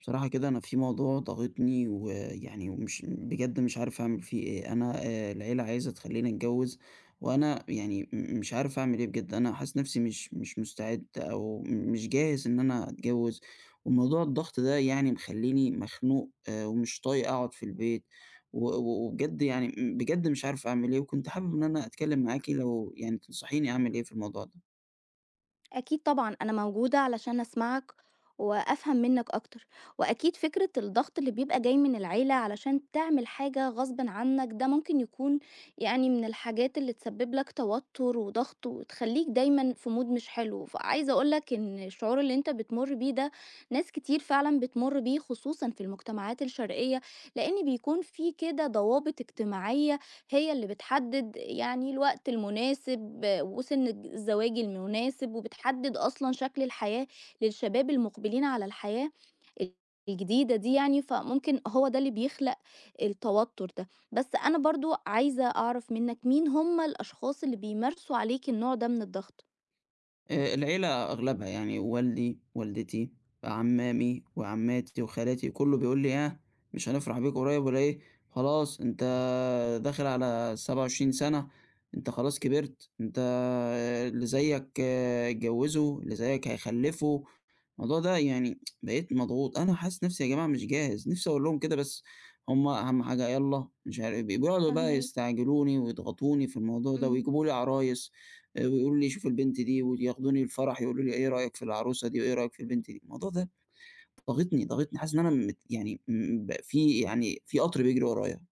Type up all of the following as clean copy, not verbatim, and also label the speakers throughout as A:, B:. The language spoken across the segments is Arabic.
A: بصراحة كده أنا في موضوع ضاغطني ويعني ومش بجد مش عارف أعمل فيه إيه، أنا العيلة عايزة تخليني أتجوز. وأنا يعني مش عارف أعمل إيه بجد. أنا حاسس نفسي مش مستعد أو مش جاهز إن أنا أتجوز. وموضوع الضغط ده يعني مخليني مخنوق، ومش طايق أقعد في البيت. و- و- وبجد يعني بجد مش عارف أعمل إيه، وكنت حابب إن أنا أتكلم معاكي لو يعني تنصحيني أعمل إيه في الموضوع ده.
B: أكيد طبعًا، أنا موجودة علشان أسمعك وأفهم منّك أكتر. وأكيد فكرة الضغط اللي بيبقى جاي من العيلة علشان تعمل حاجة غصبٍ عنّك ده ممكن يكون يعني من الحاجات اللي تسبب لك توتر وضغط وتخلّيك دايمًا في mood مش حلو. فعايزة أقول لك إن الشعور اللي أنت بتمُر بيه ده ناس كتير فعلًا بتمُر بيه خصوصًا في المجتمعات الشرقية، لإن بيكون في كده ضوابط اجتماعية هي اللي بتحدد يعني الوقت المناسب وسن الزواج المناسب وبتحدد أصلًا شكل الحياة للشباب المقبلين على الحياة الجديدة دي يعني. فممكن هو ده اللي بيخلق التوتر ده. بس أنا برضه عايزة أعرف منّك مين هم الأشخاص اللي بيمارسوا عليك النوع ده من الضغط؟
A: العيلة أغلبها يعني والدي، والدتي، عمّامي وعمّاتي وخالاتي كُلّه بيقول لي: "ياه! مش هنفرح بيك قريب والّا إيه؟ خلاص أنت داخل على 27 سَنة، أنت خلاص كبرت، أنت اللي زيّك اتجوّزوا، اللي زيّك هيخلّفوا." الموضوع ده يعني بقيت مضغوط، أنا حاسس نَفْسي يا جماعة مش جاهز، نِفْسي أقول لهم كده. بس هم أهم حاجة يالّا مش عار بيقعدوا بقى
B: فاهماك.
A: يستعجلوني ويضغطوني في الموضوع ده
B: إمم.
A: ويجيبوا لي عرايس. ويقولوا لي شوف البنت دي، وياخدوني الفرح يقولوا لي إيه رأيك في العروسة دي، وإيه رأيك في البنت دي. الموضوع ده ضاغطني، حاسس إن أنا مت، يعني م ب في يعني في قطر بيجري ورايا.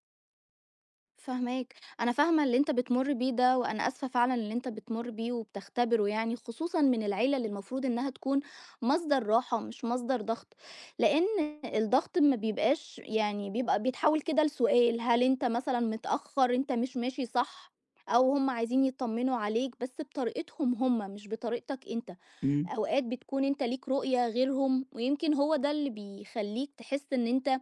B: فاهماك. أنا فاهمة اللي أنت بتمُر بيه ده، وأنا آسفة فعلًا اللي أنت بتمُر بيه وبتختبره يعني، خصوصًا من العيلة اللي المفروض إنها تكون مصدر راحة مش مصدر ضغط. لإن الضغط ما بيبقاش، يعني بيبقى بيتحوّل كده لسؤال، هل أنت مثلًا متأخّر، أنت مش ماشي صح، أو هُم عايزين يطمّنوا عليك بس بطريقتهم هُم مش بطريقتك أنت.
A: إمم.
B: أوقات بتكون أنت ليك رؤية غيرهم، ويمكن هو ده اللي بيخلّيك تحس إن أنت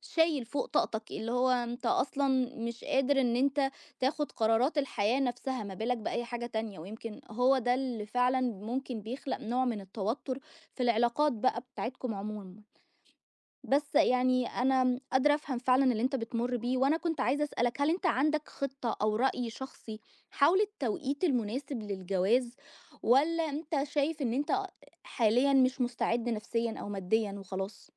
B: شايل فوق طاقتك، اللي هو أنت أصلًا مش قادر إن أنت تاخد قرارات الحياة نفسها، ما بالك بأي حاجة تانية، ويمكن هو ده اللي فعلًا ممكن بيخلق نوع من التوتر في العلاقات بقى بتاعتكم عمومًا. بس يعني أنا قادرة أفهم فعلًا اللي أنت بتمُر بيه، وأنا كنت عايزة أسألك هل أنت عندك خطة أو رأي شخصي حول التوقيت المناسب للجواز، والّا أنت شايف إن أنت حاليًا مش مستعد نفسيًا أو ماديًا وخلاص؟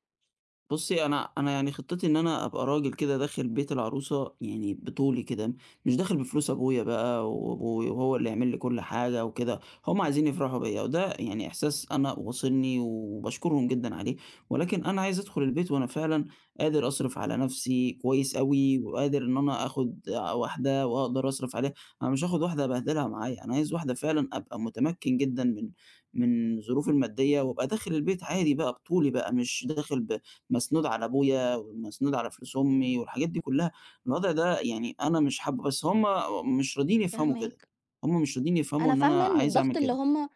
A: بُصّي، أنا يعني خطّتي إن أنا أبقى راجل كده داخل بيت العروسة يعني بطولي كده، مش داخل بفلوس أبويا بقى، وأبويا وهو اللي يعمل لي كل حاجة وكده. هُم عايزين يفرحوا بيّا، وده يعني إحساس أنا واصلني وباشكرهم جدًا عليه، ولكن أنا عايز أدخل البيت وأنا فعلًا قادر أصرف على نَفْسي كويس أوي، وقادر إن أنا آخُد واحدة وأقدر أصرف عليها. أنا مش هاخُد واحدة أبهدلها معايا، أنا عايز واحدة فعلًا أبقى متمكن جدًا من ظروفي المادية، وأبقى داخل البيت عادي بقى بطولي بقى، مش داخل ب مسنود على أبويا ومسنود على فلوس أمي والحاجات دي كلّها. الوضع ده يعني أنا مش حابّه، بس هُم مش راضيين يفهموا كده.
B: فاهماك.
A: هُم مش راضيين يفهموا
B: أنا
A: إن أنا
B: فاهمة إن
A: عايز أعمل
B: الضغط اللي
A: كده.
B: هم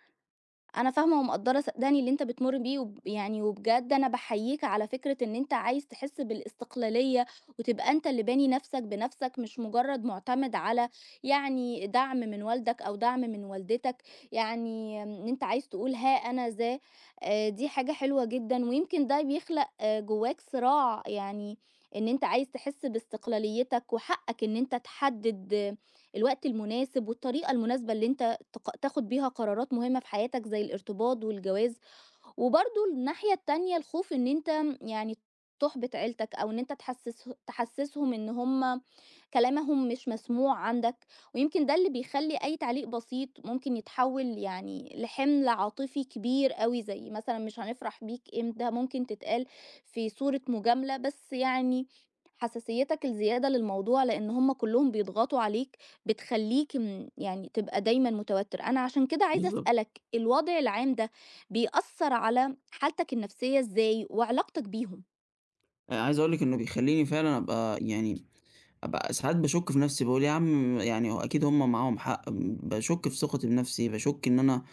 B: أنا فاهمة ومقدّرة صدّقني اللي أنت بتمُر بيه. وب يعني وبجد أنا باحييك على فكرة إن أنت عايز تحس بالاستقلالية، وتبقى أنت اللي باني نَفْسك بنَفْسك، مش مجرّد مُعتمد على يعني دعم من والدك أو دعم من والدتك، يعني إن أنت عايز تقول ها أنا ذا. دي حاجة حلوة جدًا، ويمكن ده بيخلق جوّاك صراع. يعني إن أنت عايز تحس باستقلاليتك، وحقّك إن أنت تحدد الوقت المناسب والطريقة المناسبة اللي أنت تاخد بيها قرارات مهمة في حياتك زي الارتباط والجواز. وبرضه الناحية التانية الخوف إن أنت يعني تحبط عيلتك أو إن أنت تحسسهم إن هم كلامهم مش مسموع عندك، ويمكن ده اللي بيخلي أي تعليق بسيط ممكن يتحول يعني لحمل عاطفي كبير قوي، زي مثلا مش هنفرح بيك إمتى، ممكن تتقال في صورة مجاملة بس يعني حساسيتك الزيادة للموضوع لأن هم كلهم بيضغطوا عليك بتخليك تبقى دايما متوتر. أنا عشان كده عايزة
A: بالضبط.
B: أسألك الوضع العام ده بيأثّر على حالتك النفسية إزاي وعلاقتك بيهم؟
A: عايز أقول لِك إنه بيخلّيني فعلًا أبقى يعني أبقى ساعات باشُك في نَفْسي، باقول يا عم يعني هو أكيد هُم معاهم حق، باشُك في ثقتي بنَفْسي، باشُك إن أنا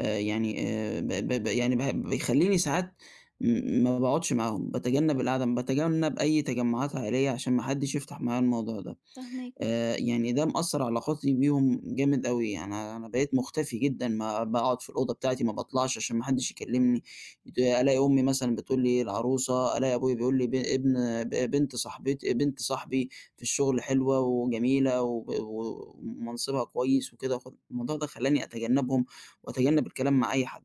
A: يعني ب ب ب يعني ب بيخلّيني ساعات ما باقعدش معاهم، باتجنّب القعدة، باتجنّب أي تجمُّعات عائلية عشان ما حدّش يفتح معايا الموضوع ده.
B: فاهماك.
A: يعني
B: إمم.
A: ده مأثّر على علاقاتي بيهم جامد أوي، أنا بقيت مختفي جدًا، ما باقعد في الأوضة بتاعتي، ما باطلعش عشان ما حدّش يكلّمني. ألاقي أمي مثلًا بتقول لي العروسة، ألاقي أبويا بيقول لي ب ابن ب بنت صاحبت بنت صاحبي في الشغل حلوة وجميلة وب و ومنصبها كويس وكده، فالموضوع ده خلّاني أتجنّبهم وأتجنّب الكلام مع أي حد.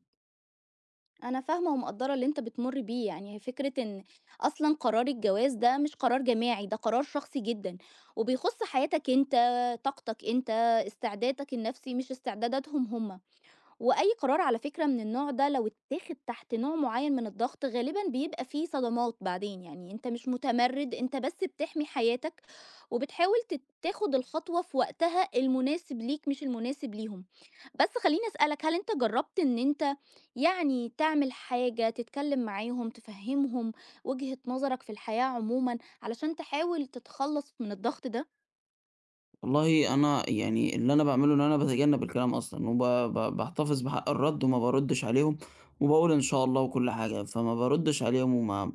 B: أنا فاهمة ومقدّرة اللي أنت بتمُر بيه. يعني هي فكرة إن أصلًا قرار الجواز ده مش قرار جماعي، ده قرار شخصي جدًا، وبيخُص حياتك أنت، طاقتك أنت، استعدادك النفسي مش استعداداتهم هم. وأي قرار على فكرة من النوع ده لو اتاخد تحت نوع معين من الضغط غالبا بيبقى فيه صدمات بعدين. يعني انت مش متمرد، انت بس بتحمي حياتك وبتحاول تاخد الخطوة في وقتها المناسب ليك مش المناسب ليهم. بس خليني أسألك هل انت جربت ان انت يعني تعمل حاجة تتكلم معاهم تفهمهم وجهة نظرك في الحياة عموما علشان تحاول تتخلص من الضغط ده؟
A: والله أنا يعني اللي أنا باعمله إن أنا باتجنب الكلام أصلًا، وب ب باحتفظ بحق الرد وما باردّش عليهم، وباقول إن شاء الله وكل حاجة، فما باردّش عليهم وما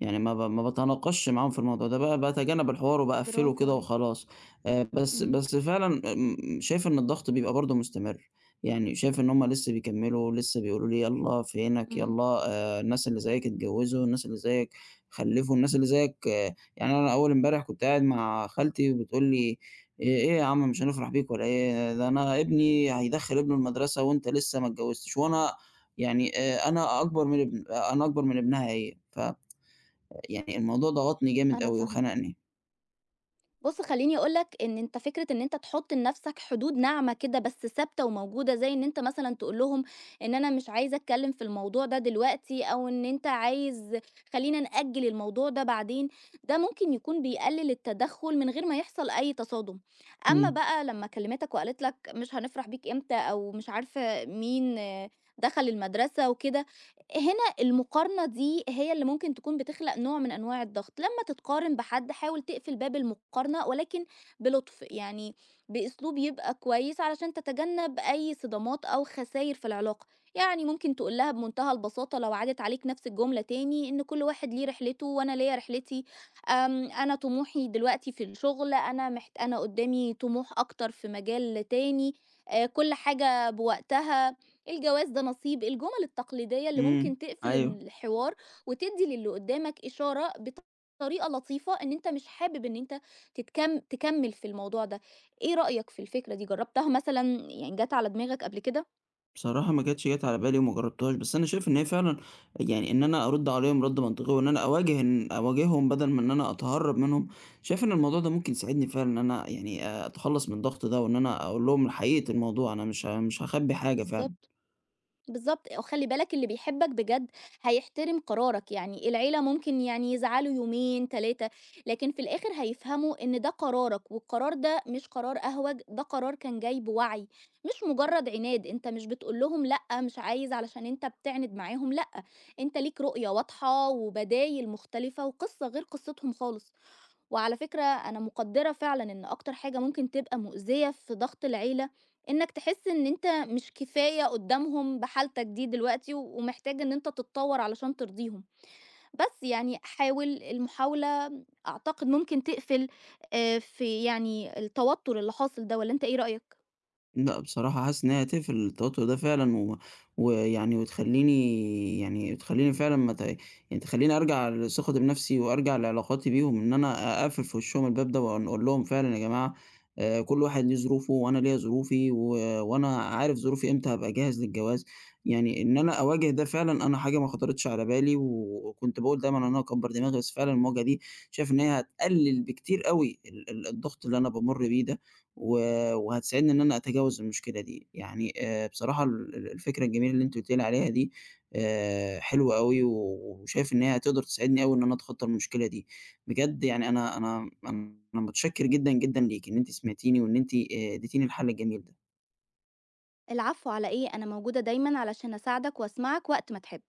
A: يعني ما ب ما باتناقشش معاهم في الموضوع ده، باتجنب الحوار وباقفّله
B: برافو
A: كده
B: عليك.
A: وخلاص. آآ بس
B: امم.
A: بس فعلًا شايف إن الضغط بيبقى برضه مستمر، يعني شايف إن هم لسه بيكمّلوا، لسه بيقولوا لي يالّا فينك،
B: امم.
A: يالّا الناس اللي زيّك اتجوّزوا، الناس اللي زيّك خلّفوا، الناس اللي زيّك، يعني أنا أول امبارح كنت قاعد مع خالتي وبتقول لي: " إيه يا عم مش هنفرح بيك ولا إيه، ده أنا ابني هيدخّل ابنه المدرسة وأنت لسه ما اتجوّزتش." وأنا أنا أكبر من ابن، أنا أكبر من ابنها هي، يعني الموضوع ضغطني جامد
B: انا
A: أوي
B: فاهمة.
A: وخنقني.
B: بُص خلّيني أقول لك إن أنت فكرة إن أنت تحُط لنَفْسك حدود ناعمة كده بس ثابتة وموجودة، زي إن أنت مثلًا تقول لهم إن أنا مش عايز أتكلّم في الموضوع ده دلوقتي، أو إن أنت عايز خلّينا نأجّل الموضوع ده بعدين. ده ممكن يكون بيقلِّل التدخُّل من غير ما يحصل أي تصادم. أمّا
A: إمم.
B: بقى لمّا كلّمتك وقالت لك مش هنفرح بيك إمتى أو مش عارفة مين دخل المدرسة وكده، هنا المقارنة دي هي اللي ممكن تكون بتخلق نوع من أنواع الضغط. لمّا تتقارن بحد حاول تقفل باب المقارنة ولكن بلطف. يعني بأسلوب يبقى كويس علشان تتجنب أي صدامات أو خساير في العلاقة. يعني ممكن تقول لها بمنتهى البساطة لو عادت عليك نفس الجملة تاني إن كل واحد ليه رحلته وأنا ليّا رحلتي. أنا طموحي دلوقتي في الشغل، أنا قدامي طموح أكتر في مجال تاني. كل حاجة بوقتها. الجواز ده نصيب، الجمل التقليدية اللي
A: إمم.
B: ممكن تقفل
A: أيوه.
B: الحوار وتدّي للي قدّامك إشارة بطريقة لطيفة إن أنت مش حابب إن أنت تكمّل في الموضوع ده. إيه رأيك في الفكرة دي، جرّبتها مثلًا، يعني جات على دماغك قبل كده؟
A: بصراحة ما كانتش جات على بالي وما جرّبتهاش، بس أنا شايف إن هي فعلًا يعني إن أنا أرُد عليهم رَد منطقي وإن أنا أواجههم بدل ما إن أنا أتهرّب منهم. شايف إن الموضوع ده ممكن يساعدني فعلًا إن أنا يعني أتخلّص من الضغط ده وإن أنا أقول لهم حقيقة الموضوع، أنا مش هاخبّي حاجة فعلًا.
B: بالضبط. بالضبط، وخلّي بالك اللي بيحبك بجد هيحترم قرارك. يعني العيلة ممكن يعني يزعلوا يومين، 3، لكن في الآخر هيفهموا إن ده قرارك، والقرار ده مش قرار أهوج، ده قرار كان جاي بوعي، مش مجرد عناد. أنت مش بتقول لهم لأ مش عايز علشان أنت بتعند معاهم، لأ، أنت ليك رؤية واضحة وبدايل مختلفة وقصة غير قصتهم خالص. وعلى فكرة أنا مقدرة فعلًا إن أكتر حاجة ممكن تبقى مؤذية في ضغط العيلة، إنك تحس إن أنت مش كفاية قدّامهم بحالتك دي دلوقتي، ومحتاج إن أنت تتطور علشان ترضيهم. بس يعني حاول المحاولة، أعتقد ممكن تقفل في يعني التوتر اللي حاصل ده، والّا أنت إيه رأيك؟
A: لأ، بصراحة حاسس إن هي هتقفل التوتر ده فعلًا، و ويعني وتخلّيني يعني تخلّيني فعلًا ما ت يعني تخلّيني أرجع لثقتي بنفسي وأرجع لعلاقاتي بيهم، إن أنا أقفل في وشّهم الباب ده وأن أقول لهم فعلًا يا جماعة كل واحد ليه ظروفه وأنا ليّا ظروفي، و وأنا عارف ظروفي إمتى هابقى جاهز للجواز. يعني إن أنا أواجه ده فعلًا، أنا حاجة ما خطرتش على بالي، وكنت باقول دايمًا إن أنا أكبّر دماغي، بس فعلًا المواجهة دي شايف إن هي هتقلل بكتير أوي ال ال الضغط اللي أنا بامُر بيه ده. و وهتساعدني إن أنا أتجاوز المشكلة دي. يعني بصراحة ال ال الفكرة الجميلة اللي أنتِ قُلتِ لي عليها دي حلوة أوي، وشايف إن هي هتقدر تساعدني أوي إن أنا أتخطّى المشكلة دي. بجد يعني أنا متشكّر جدًا، جدًا ليكِ إن أنتِ سمعتيني وإن أنتِ ادّيتيني الحل الجميل ده.
B: العفو على إيه، أنا موجودة دايمًا علشان أساعدك وأسمعك وقت ما تحب.